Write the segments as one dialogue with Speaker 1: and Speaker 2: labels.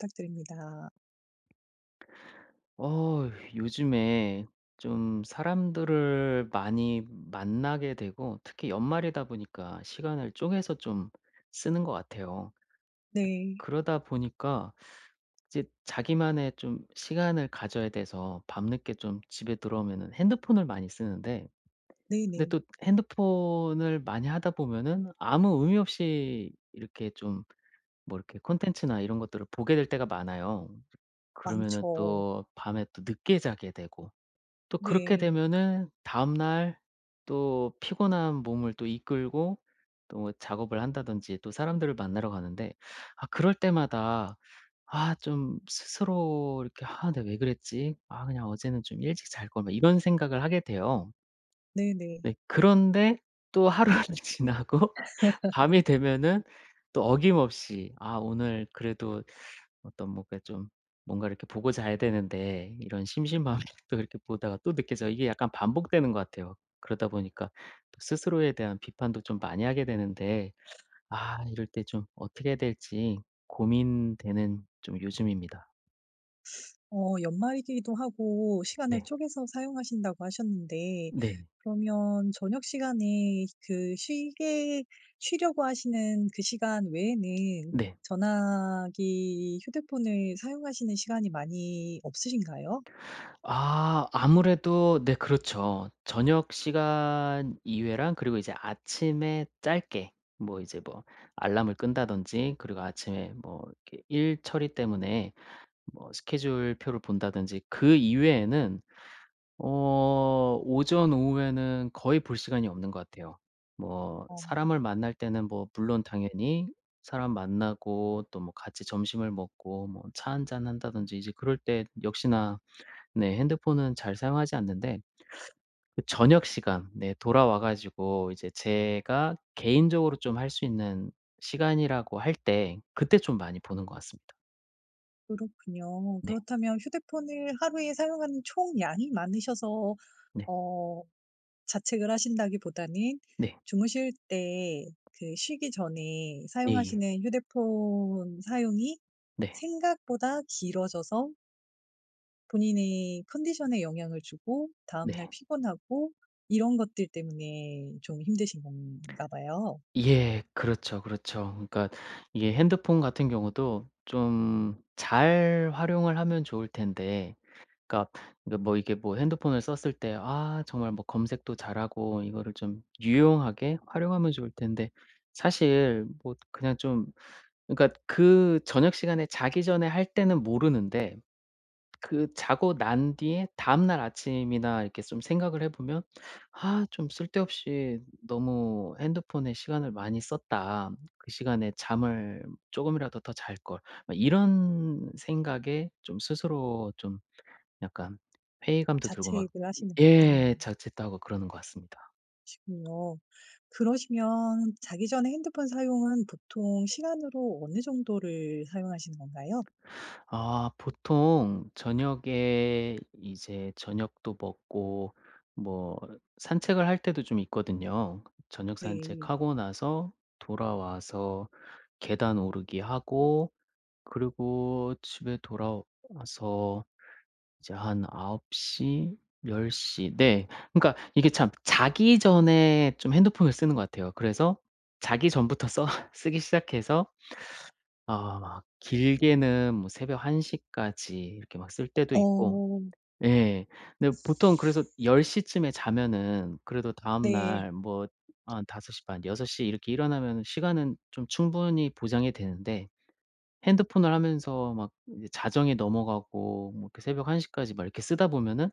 Speaker 1: 부탁드립니다.
Speaker 2: 요즘에 좀 사람들을 많이 만나게 되고, 특히 연말이다 보니까 시간을 쪼개서 좀 쓰는 것 같아요.
Speaker 1: 네.
Speaker 2: 그러다 보니까 이제 자기만의 좀 시간을 가져야 돼서 밤늦게 좀 집에 들어오면은 핸드폰을 많이 쓰는데, 근데
Speaker 1: 네네.
Speaker 2: 또 핸드폰을 많이 하다 보면은 아무 의미 없이 이렇게 좀 뭐 이렇게 콘텐츠나 이런 것들을 보게 될 때가 많아요. 그러면은
Speaker 1: 많죠.
Speaker 2: 또 밤에 또 늦게 자게 되고, 또 그렇게
Speaker 1: 네.
Speaker 2: 되면은 다음날 또 피곤한 몸을 또 이끌고 또 뭐 작업을 한다든지 또 사람들을 만나러 가는데, 그럴 때마다 좀 스스로 이렇게 '아 내가 왜 그랬지? 아 그냥 어제는 좀 일찍 잘 걸.' 막 이런 생각을 하게 돼요.
Speaker 1: 네네.
Speaker 2: 네, 그런데 또 하루는 지나고 밤이 되면은 또 어김없이 '아 오늘 그래도 어떤 뭔가 좀 뭔가 이렇게 보고 자야 되는데,' 이런 심심함이 또 이렇게 보다가 또 늦게 자, 이게 약간 반복되는 것 같아요. 그러다 보니까 또 스스로에 대한 비판도 좀 많이 하게 되는데, 이럴 때 좀 어떻게 해야 될지 고민되는 좀 요즘입니다.
Speaker 1: 연말이기도 하고 시간을
Speaker 2: 네.
Speaker 1: 쪼개서 사용하신다고 하셨는데,
Speaker 2: 네.
Speaker 1: 그러면 저녁 시간에 그 쉬게 쉬려고 하시는 그 시간 외에는
Speaker 2: 네.
Speaker 1: 전화기, 휴대폰을 사용하시는 시간이 많이 없으신가요?
Speaker 2: 아무래도 네, 그렇죠. 저녁 시간 이외랑, 그리고 이제 아침에 짧게 뭐 이제 뭐 알람을 끈다든지, 그리고 아침에 뭐 이렇게 일 처리 때문에 뭐 스케줄표를 본다든지, 그 이외에는 오전 오후에는 거의 볼 시간이 없는 것 같아요. 뭐
Speaker 1: 어
Speaker 2: 사람을 만날 때는 뭐 물론 당연히 사람 만나고, 또 뭐 같이 점심을 먹고 뭐 차 한잔 한다든지, 이제 그럴 때 역시나 네, 핸드폰은 잘 사용하지 않는데, 그 저녁 시간 네 돌아와 가지고 이제 제가 개인적으로 좀 할 수 있는 시간이라고 할 때, 그때 좀 많이 보는 것 같습니다.
Speaker 1: 그렇군요.
Speaker 2: 네.
Speaker 1: 그렇다면 휴대폰을 하루에 사용하는 총 양이 많으셔서
Speaker 2: 네.
Speaker 1: 어 자책을 하신다기보다는,
Speaker 2: 네.
Speaker 1: 주무실 때 그 쉬기 전에
Speaker 2: 예예.
Speaker 1: 사용하시는 휴대폰 사용이
Speaker 2: 네.
Speaker 1: 생각보다 길어져서 본인의 컨디션에 영향을 주고 다음날
Speaker 2: 네.
Speaker 1: 피곤하고 이런 것들 때문에 좀 힘드신 건가 봐요.
Speaker 2: 예. 그렇죠, 그렇죠. 그러니까 이게 핸드폰 같은 경우도 좀 잘 활용을 하면 좋을 텐데, 그러니까 이게 뭐 핸드폰을 썼을 때, 정말 뭐 검색도 잘하고 이거를 좀 유용하게 활용하면 좋을 텐데, 사실 뭐 그냥 좀, 그러니까 그 저녁 시간에 자기 전에 할 때는 모르는데, 그 자고 난 뒤에 다음 날 아침이나 이렇게 좀 생각을 해 보면 '아 좀 쓸데없이 너무 핸드폰에 시간을 많이 썼다. 그 시간에 잠을 쪼금이라도 더 잘걸.' 막 이런 생각에 좀 스스로 좀 약간 회의감도 들고 막,
Speaker 1: 자책을 하시는.
Speaker 2: 예
Speaker 1: 음,
Speaker 2: 자책도 하고 그러는 것 같습니다.
Speaker 1: 시군요. 그러시면 자기 전에 핸드폰 사용은 보통 시간으로 어느 정도를 사용하시는 건가요?
Speaker 2: 보통 저녁에 이제 저녁도 먹고 뭐 산책을 할 때도 좀 있거든요. 저녁
Speaker 1: 네.
Speaker 2: 산책하고 나서 돌아와서 계단 오르기 하고, 그리고 집에 돌아와서 이제 한9홉시1 0, 네. 그러니까 이게 참 자기 전에 좀 핸드폰을 쓰는 것 같아요. 그래서 자기 전부터 써 쓰기 시작해서, 막 길게는 뭐 새벽 1 시까지 이렇게 막 쓸 때도 있고,
Speaker 1: 어,
Speaker 2: 예. 근데 보통 그래서 10 시쯤에 자면은 그래도
Speaker 1: 네,
Speaker 2: 다음날 뭐 한 5 시 반, 6 시 이렇게 일어나면은 시간은 좀 충분히 보장이 되는데, 핸드폰을 하면서 막 이제 자정에 넘어가고 뭐 이렇게 새벽 1 시까지 막 이렇게 쓰다 보면은,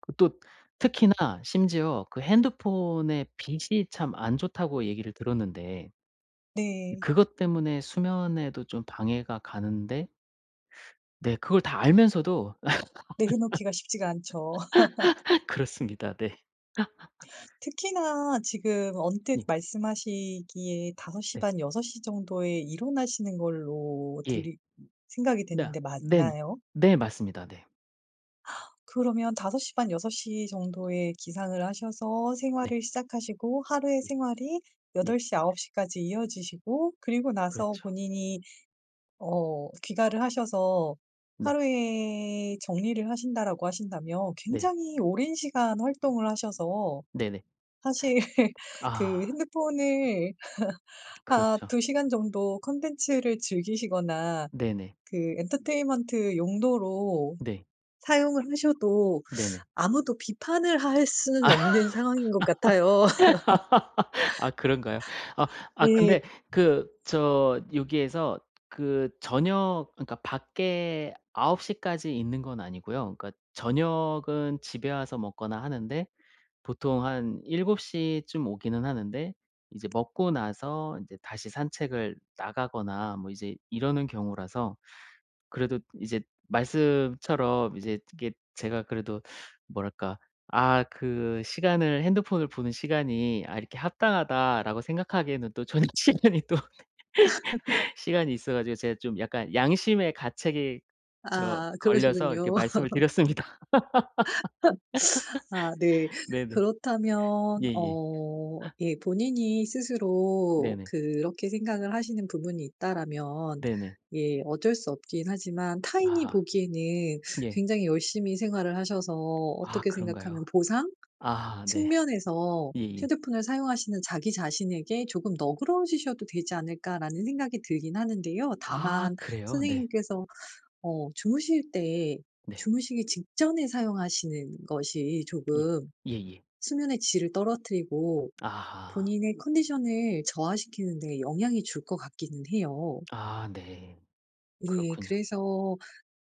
Speaker 2: 그 또 특히나 심지어 그 핸드폰의 빛이 참 안 좋다고 얘기를 들었는데,
Speaker 1: 네.
Speaker 2: 그것 때문에 수면에도 좀 방해가 가는데. 네. 그걸 다 알면서도
Speaker 1: 내려놓기가 쉽지가 않죠.
Speaker 2: 그렇습니다. 네.
Speaker 1: 특히나 지금 언뜻
Speaker 2: 예.
Speaker 1: 말씀하시기에 5섯시
Speaker 2: 네.
Speaker 1: 반6시 정도에 일어나시는 걸로
Speaker 2: 예.
Speaker 1: 들리 생각이
Speaker 2: 네.
Speaker 1: 되는데
Speaker 2: 네네.
Speaker 1: 맞나요?
Speaker 2: 네. 맞습니다. 네.
Speaker 1: 그러면 5시 반6시 정도에 기상을 하셔서
Speaker 2: 네.
Speaker 1: 생활을 시작하시고, 하루의
Speaker 2: 예.
Speaker 1: 생활이 8
Speaker 2: 예.
Speaker 1: 덟 시, 9시 까지 이어지시고, 그리고 나서
Speaker 2: 그렇죠.
Speaker 1: 본인이 귀가를 하셔서 하
Speaker 2: 네.
Speaker 1: 루에 정리를 하신다라고 하신다면,
Speaker 2: 네.
Speaker 1: 굉장히 오랜 시간 활동을 하셔서
Speaker 2: 네네.
Speaker 1: 사실 그
Speaker 2: 아,
Speaker 1: 핸드폰을
Speaker 2: 그렇죠.
Speaker 1: 2 시간 정도 콘텐츠를 즐기시거나
Speaker 2: 네네.
Speaker 1: 그 엔터테인먼트 용도로
Speaker 2: 네.
Speaker 1: 사용을 하셔도
Speaker 2: 네네.
Speaker 1: 아무도 비판을 할 수는
Speaker 2: 아
Speaker 1: 없는 상황인 것 같아요.
Speaker 2: 그런가요? 아
Speaker 1: 네.
Speaker 2: 근데 그 저 여기에서 그 저녁, 그러니까 밖에 9 시까지 있는 건 아니고요. 그러니까 저녁은 집에 와서 먹거나 하는데 보통 한7곱시쯤 오기는 하는데, 이제 먹고 나서 인제 다시 산책을 나가거나 뭐 이제 이러는 경우라서, 그래도 이제 말씀처럼 이제 이게 제가 그래도 뭐랄까, 그 시간을 '핸드폰을 보는 시간이 아 이렇게 합당하다.'라고 생각하기에는 또 저녁 시간이 또 시간이 있어 가지고 제가 좀 약간 양심의 가책이
Speaker 1: 아,
Speaker 2: 걸려서 이렇게
Speaker 1: 그러시군요.
Speaker 2: 말씀을 드렸습니다.
Speaker 1: 아, 네.
Speaker 2: 네네.
Speaker 1: 그렇다면
Speaker 2: 예예.
Speaker 1: 예, 본인이 스스로
Speaker 2: 네네.
Speaker 1: 그렇게 생각을 하시는 부분이 있다라면,
Speaker 2: 네네.
Speaker 1: 예, 어쩔 수 없긴 하지만 타인이
Speaker 2: 아.
Speaker 1: 보기에는
Speaker 2: 예.
Speaker 1: 굉장히 열심히 생활을 하셔서,
Speaker 2: 아,
Speaker 1: 어떻게 생각하면
Speaker 2: 그런가요?
Speaker 1: 보상
Speaker 2: 아 네.
Speaker 1: 측면에서
Speaker 2: 예예.
Speaker 1: 휴대폰을 사용하시는 자기 자신에게 조금 너그러우시셔도 되지 않을까라는 생각이 들긴 하는데요.
Speaker 2: 아,
Speaker 1: 다만
Speaker 2: 그래요? 네.
Speaker 1: 선생님께서 주무실 때,
Speaker 2: 네.
Speaker 1: 주무시기 직전에 사용하시는 것이
Speaker 2: 예.
Speaker 1: 조금
Speaker 2: 예예.
Speaker 1: 수면의 질을 떨어뜨리고
Speaker 2: 아하.
Speaker 1: 본인의 컨디션을 저하시키는 데 영향이 줄 것 같기는 해요.
Speaker 2: 아 네.
Speaker 1: 예.
Speaker 2: 그렇군요.
Speaker 1: 그래서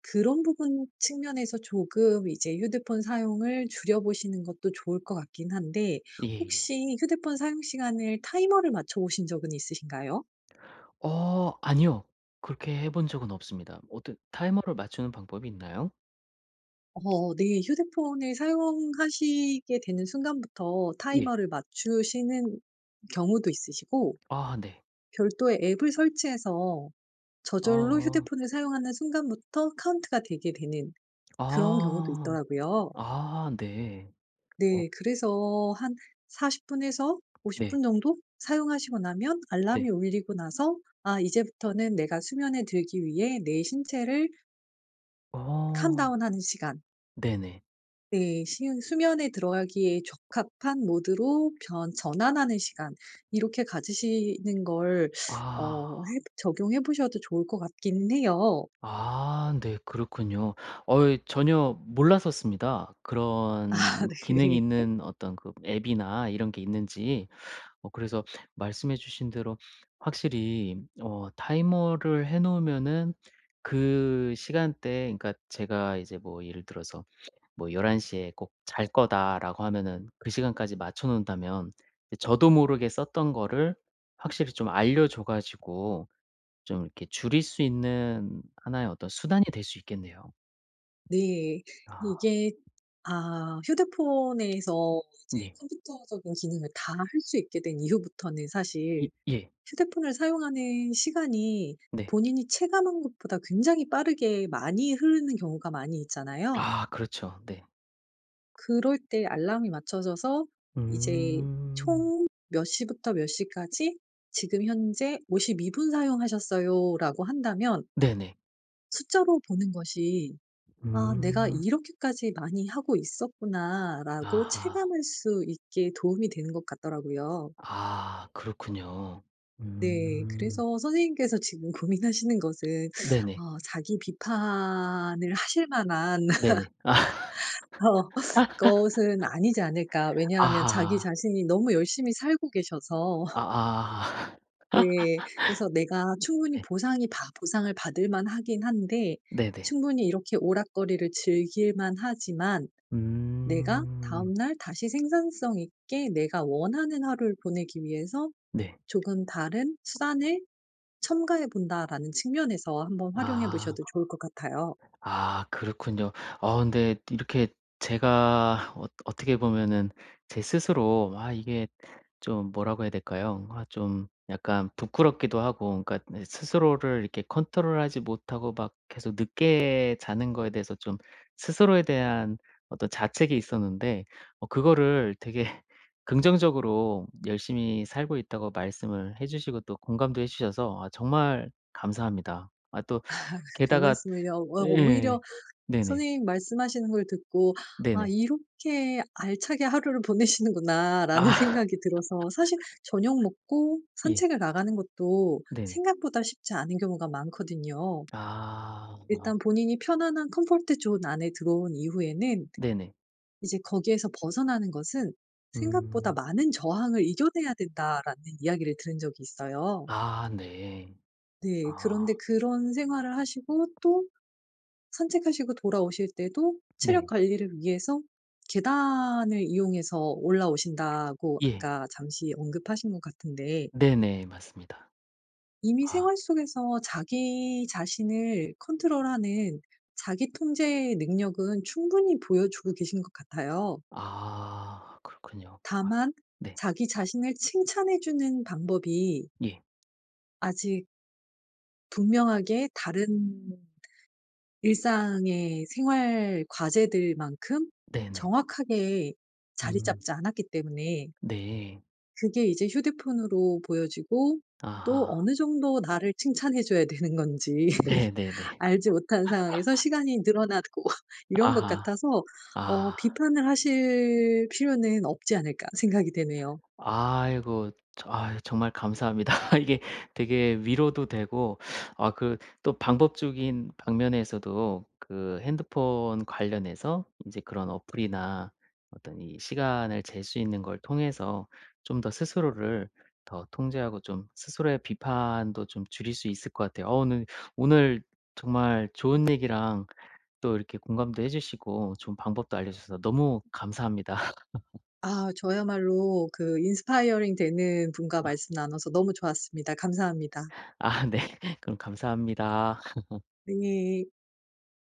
Speaker 1: 그런 부분 측면에서 조금 이제 휴대폰 사용을 줄여 보시는 것도 좋을 것 같긴 한데,
Speaker 2: 예예.
Speaker 1: 혹시 휴대폰 사용 시간을 타이머를 맞춰 보신 적은 있으신가요?
Speaker 2: 아니요. 그렇게 해본 적은 없습니다. 어떤 타이머를 맞추는 방법이 있나요?
Speaker 1: 어, 네. 휴대폰을 사용하시게 되는 순간부터
Speaker 2: 예.
Speaker 1: 타이머를 맞추시는 경우도 있으시고,
Speaker 2: 아 네.
Speaker 1: 별도의 앱을 설치해서 저절로
Speaker 2: 어.
Speaker 1: 휴대폰을 사용하는 순간부터 카운트가 되게 되는 그런 경우도
Speaker 2: 아.
Speaker 1: 있더라고요.
Speaker 2: 아 네. 어
Speaker 1: 네. 그래서 한 40 분에서 50
Speaker 2: 네.
Speaker 1: 분 정도 사용하시고 나면
Speaker 2: 네.
Speaker 1: 알람이 울리고 나서 '아, 이제부터는 내가 수면에 들기 위해 내 신체를
Speaker 2: 어.
Speaker 1: 캄다운하는 시간.'
Speaker 2: 네네.
Speaker 1: 네. 시 수면에 들어가기에 적합한 모드로 변 전환하는 시간, 이렇게 가지시는 걸
Speaker 2: 아.
Speaker 1: 어 해 적용해 보셔도 좋을 것 같긴 해요.
Speaker 2: 아 네, 그렇군요. 전혀 몰랐었습니다.
Speaker 1: 아,
Speaker 2: 그런 기능이
Speaker 1: 네.
Speaker 2: 있는 어떤 그 앱이나 이런 게 있는지. 그래서 말씀해 주신 대로 확실히 타이머를 해 놓으면은, 그 시간대에 그러니까 제가 이제 뭐 예를 들어서 뭐 "1 1시에 꼭 잘 거다."라고 하면은 그 시간까지 맞춰 놓는다면, 이제 저도 모르게 썼던 거를 확실히 좀 알려 줘 가지고 좀 이렇게 줄일 수 있는 하나의 어떤 수단이 될 수 있겠네요.
Speaker 1: 네.
Speaker 2: 아
Speaker 1: 이게 휴대폰에서 이제
Speaker 2: 예.
Speaker 1: 컴퓨터적인 기능을 다 할 수 있게 된 이후부터는, 사실
Speaker 2: 이 예.
Speaker 1: 휴대폰을 사용하는 시간이
Speaker 2: 네.
Speaker 1: 본인이 체감한 것보다 굉장히 빠르게 많이 흐르는 경우가 많이 있잖아요.
Speaker 2: 아, 그렇죠. 네.
Speaker 1: 그럴 때 알람이 맞춰져서 이제
Speaker 2: 음.
Speaker 1: 총 몇 시부터 몇 시까지 지금 현재 52분 사용하셨어요라고 한다면,
Speaker 2: 네네.
Speaker 1: 숫자로 보는 것이 '아, 내가
Speaker 2: 음.
Speaker 1: 이렇게까지 많이 하고 있었구나.'라고
Speaker 2: 아하.
Speaker 1: 체감할 수 있게 도움이 되는 것 같더라고요.
Speaker 2: 아, 그렇군요.
Speaker 1: 네.
Speaker 2: 음.
Speaker 1: 그래서 선생님께서 지금 고민하시는 것은
Speaker 2: 네네.
Speaker 1: 자기 비판을 하실 만한
Speaker 2: 네네.
Speaker 1: 어 그것은 아니지 않을까.
Speaker 2: 아
Speaker 1: 왜냐하면 자기
Speaker 2: 아하.
Speaker 1: 자신이 너무 열심히 살고 계셔서
Speaker 2: 아아.
Speaker 1: 네. 그래서 내가 충분히
Speaker 2: 네.
Speaker 1: 보상이 바 보상을 받을 만하긴 한데,
Speaker 2: 네네.
Speaker 1: 충분히 이렇게 오락거리를 즐길 만하지만 내가
Speaker 2: 음.
Speaker 1: 다음날 다시 생산성 있게 내가 원하는 하루를 보내기 위해서
Speaker 2: 네.
Speaker 1: 조금 다른 수단을 첨가해 본다라는 측면에서 한번 활용해
Speaker 2: 아.
Speaker 1: 보셔도 좋을 것 같아요.
Speaker 2: 아, 그렇군요. 아 근데 이렇게 제가 어떻게 보면은 제 스스로, 이게 좀 뭐라고 해야 될까요? 좀 약간 부끄럽기도 하고, 그러니까 내 스스로를 이렇게 컨트롤하지 못하고 막 계속 늦게 자는 거에 대해서 좀 스스로에 대한 어떤 자책이 있었는데, 그거를 되게 긍정적으로 열심히 살고 있다고 말씀을 해 주시고 또 공감도 해 주셔서, 정말 감사합니다. 또 게다가
Speaker 1: 별말씀을요. 오히려
Speaker 2: 예. 네네.
Speaker 1: 선생님 말씀하시는 걸 듣고 '아,
Speaker 2: 네네.
Speaker 1: 이렇게 알차게 하루를 보내시는구나.'라는
Speaker 2: 아
Speaker 1: 생각이 들어서, 사실 저녁 먹고
Speaker 2: 예.
Speaker 1: 산책을 나가는 것도
Speaker 2: 네네.
Speaker 1: 생각보다 쉽지 않은 경우가 많거든요.
Speaker 2: 아. 아
Speaker 1: 일단 본인이 편안한 컴포트 존 안에 들어온 이후에는,
Speaker 2: 네네.
Speaker 1: 이제 거기에서 벗어나는 것은 '생각보다
Speaker 2: 음.
Speaker 1: 많은 저항을 이겨내야 된다.'라는 이야기를 들은 적이 있어요.
Speaker 2: 아 네.
Speaker 1: 네.
Speaker 2: 아
Speaker 1: 그런데 그런 생활을 하시고, 또 산책하시고 돌아오실 때도 체력
Speaker 2: 네.
Speaker 1: 관리를 위해서 계단을 이용해서 올라오신다고
Speaker 2: 예.
Speaker 1: 아까 잠시 언급하신 것 같은데,
Speaker 2: 네네. 맞습니다.
Speaker 1: 이미
Speaker 2: 아.
Speaker 1: 생활 속에서 자기 자신을 컨트롤하는 자기 통제 능력은 충분히 보여주고 계신 것 같아요.
Speaker 2: 아, 그렇군요. 아
Speaker 1: 다만
Speaker 2: 네.
Speaker 1: 자기 자신을 칭찬해 주는 방법이
Speaker 2: 예.
Speaker 1: 아직 분명하게 다른 일상의 생활 과제들만큼
Speaker 2: 네네.
Speaker 1: 정확하게 자리
Speaker 2: 음.
Speaker 1: 잡지 않았기 때문에
Speaker 2: 네.
Speaker 1: 그게 이제 휴대폰으로 보여지고, 또
Speaker 2: 아하.
Speaker 1: 어느 정도 나를 칭찬해 줘야 되는 건지
Speaker 2: 네네네.
Speaker 1: 알지 못한 상황에서 시간이 늘어나고 이런 것
Speaker 2: 아하.
Speaker 1: 같아서
Speaker 2: 아.
Speaker 1: 비판을 하실 필요는 없지 않을까 생각이 되네요.
Speaker 2: 아이고. 저 정말 감사합니다. 이게 되게 위로도 되고, 그 또 방법적인 방면에서도 그 핸드폰 관련해서 이제 그런 어플이나 어떤 이 시간을 잴 수 있는 걸 통해서 좀 더 스스로를 더 통제하고 좀 스스로의 비판도 좀 줄일 수 있을 것 같아요. 오늘 정말 좋은 얘기랑 또 이렇게 공감도 해 주시고 좋은 방법도 알려 주셔서 너무 감사합니다.
Speaker 1: 아, 저야말로 그 인스파이어링 되는 분과 말씀 나눠서 너무 좋았습니다. 감사합니다.
Speaker 2: 아 네. 그럼 감사합니다.
Speaker 1: 네.